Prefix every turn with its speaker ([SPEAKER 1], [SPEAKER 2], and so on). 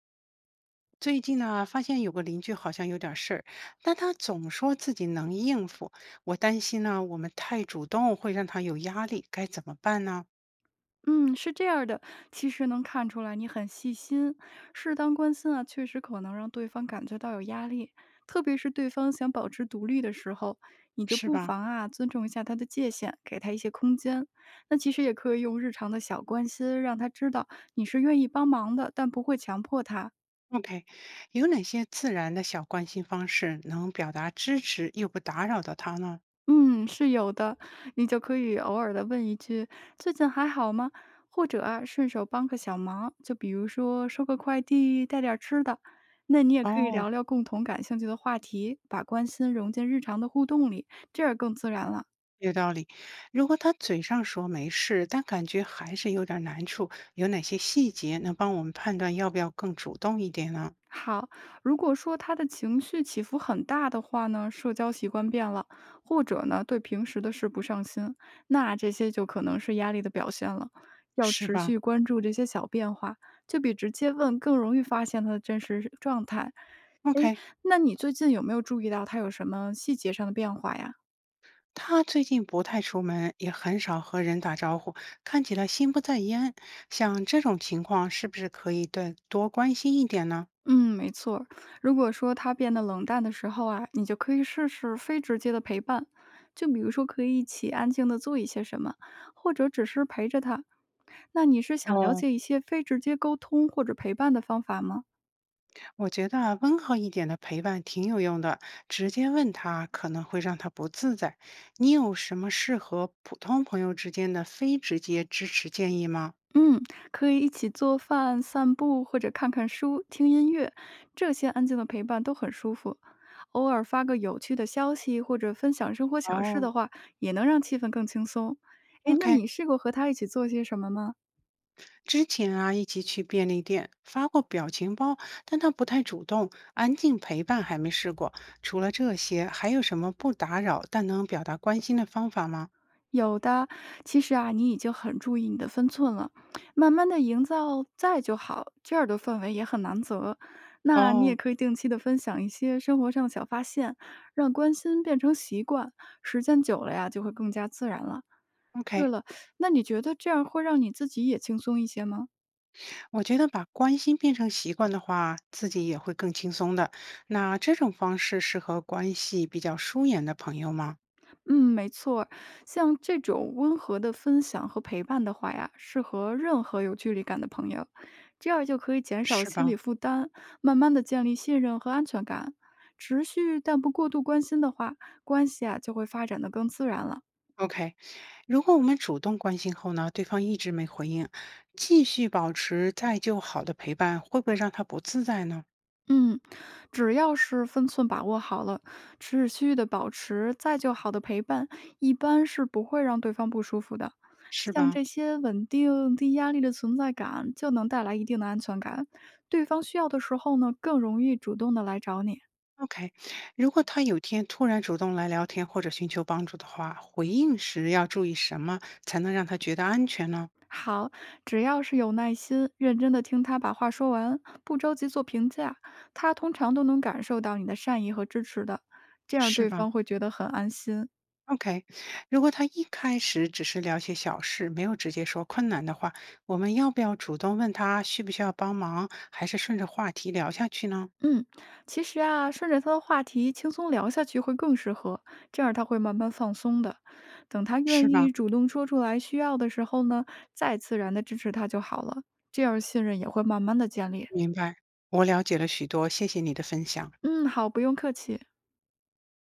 [SPEAKER 1] 最近呢，发现有个邻居好像有点事儿，但他总说自己能应付。我担心呢，我们太主动会让他有压力，该怎么办呢？
[SPEAKER 2] 嗯，是这样儿的，其实能看出来你很细心，适当关心啊，确实可能让对方感觉到有压力，特别是对方想保持独立的时候，你就
[SPEAKER 1] 是
[SPEAKER 2] 不
[SPEAKER 1] 吧
[SPEAKER 2] 妨啊尊重一下他的界限，给他一些空间。那其实也可以用日常的小关心，让他知道你是愿意帮忙的，但不会强迫他。
[SPEAKER 1] ？OK，有哪些自然的小关心方式能表达支持又不打扰到他呢？
[SPEAKER 2] 嗯，是有的，你就可以偶尔的问一句“最近还好吗？”或者啊顺手帮个小忙，就比如说收个快递、带点儿吃的。那你也可以
[SPEAKER 1] 哦，
[SPEAKER 2] 聊聊共同感兴趣的话题，把关心融进日常的互动里，这样更自然了。
[SPEAKER 1] 有道理。如果他嘴上说没事，但感觉还是有点难处，有哪些细节能帮我们判断要不要更主动一点呢？
[SPEAKER 2] 好，如果说他的情绪起伏很大的话呢，社交习惯变了，或者呢对平时的事不上心，那这些就可能是压力的表现了。要
[SPEAKER 1] 是
[SPEAKER 2] 持
[SPEAKER 1] 吧
[SPEAKER 2] 续关注这些小变化，就比直接问更容易发现他的真实状态。诶，
[SPEAKER 1] ？OK，
[SPEAKER 2] 那你最近有没有注意到他有什么细节上的变化呀？
[SPEAKER 1] 他最近不太出门，也很少和人打招呼，看起来心不在焉。像这种情况，是不是可以对多关心一点呢？
[SPEAKER 2] 嗯，没错儿，如果说他变得冷淡的时候啊，你就可以试试非直接的陪伴，就比如说可以一起安静的做一些什么，或者只是陪着他。那你是想了
[SPEAKER 1] 哦，
[SPEAKER 2] 解一些非直接沟通或者陪伴的方法吗？
[SPEAKER 1] 我觉得啊温和一点的陪伴挺有用的，直接问他可能会让他不自在。你有什么适合普通朋友之间的非直接支持建议吗？
[SPEAKER 2] 嗯，可以一起做饭、散步，或者看看书、听音乐，这些安静的陪伴都很舒服。偶尔发个有趣的消息或者分享生活小事
[SPEAKER 1] 哦
[SPEAKER 2] 的话，也能让气氛更轻松。诶，那
[SPEAKER 1] ，OK，
[SPEAKER 2] 你试过和他一起做些什么吗？
[SPEAKER 1] 之前啊，一起去便利店发过表情包，但他不太主动，安静陪伴还没试过。除了这些，还有什么不打扰但能表达关心的方法吗？
[SPEAKER 2] 有的，其实啊，你已经很注意你的分寸了，慢慢的营造在就好，这样的氛围也很难得。那你也
[SPEAKER 1] 哦
[SPEAKER 2] 可以定期的分享一些生活上的小发现，让关心变成习惯，时间久了呀，就会更加自然了。对
[SPEAKER 1] ，OK，
[SPEAKER 2] 了，那你觉得这样会让你自己也轻松一些吗？
[SPEAKER 1] 我觉得把关心变成习惯的话，自己也会更轻松的。那这种方式适合关系比较疏远的朋友吗？
[SPEAKER 2] 嗯，没错儿，像这种温和的分享和陪伴的话呀，适合任何有距离感的朋友，这样就可以减少
[SPEAKER 1] 是
[SPEAKER 2] 心理
[SPEAKER 1] 吧
[SPEAKER 2] 负担，慢慢的建立信任和安全感。持续但不过度关心的话，关系啊就会发展的更自然了。
[SPEAKER 1] ？OK，如果我们主动关心后呢，对方一直没回应，继续保持再就好的陪伴，会不会让他不自在呢？
[SPEAKER 2] 嗯，只要是分寸把握好了，持续的保持再就好的陪伴，一般是不会让对方不舒服的。
[SPEAKER 1] 是
[SPEAKER 2] 像
[SPEAKER 1] 吧
[SPEAKER 2] 这些稳定、低压力的存在感，就能带来一定的安全感。对方需要的时候呢，更容易主动的来找你。
[SPEAKER 1] ？OK，如果他有天突然主动来聊天或者寻求帮助的话，回应时要注意什么才能让他觉得安全呢？
[SPEAKER 2] 好，只要是有耐心，认真的听他把话说完，不着急做评价，他通常都能感受到你的善意和支持的，这样
[SPEAKER 1] 是
[SPEAKER 2] 对
[SPEAKER 1] 吧
[SPEAKER 2] 方会觉得很安心。
[SPEAKER 1] ？OK，如果他一开始只是聊些小事，没有直接说困难的话，我们要不要主动问他需不需要帮忙，还是顺着话题聊下去呢？
[SPEAKER 2] 嗯，其实啊，顺着他的话题轻松聊下去会更适合，这样他会慢慢放松的。等他
[SPEAKER 1] 是
[SPEAKER 2] 愿
[SPEAKER 1] 吧？
[SPEAKER 2] 意主动说出来需要的时候呢，再自然的支持他就好了，这样信任也会慢慢的建立。
[SPEAKER 1] 明白，我了解了许多，谢谢你的分享。
[SPEAKER 2] 嗯，好，不用客气。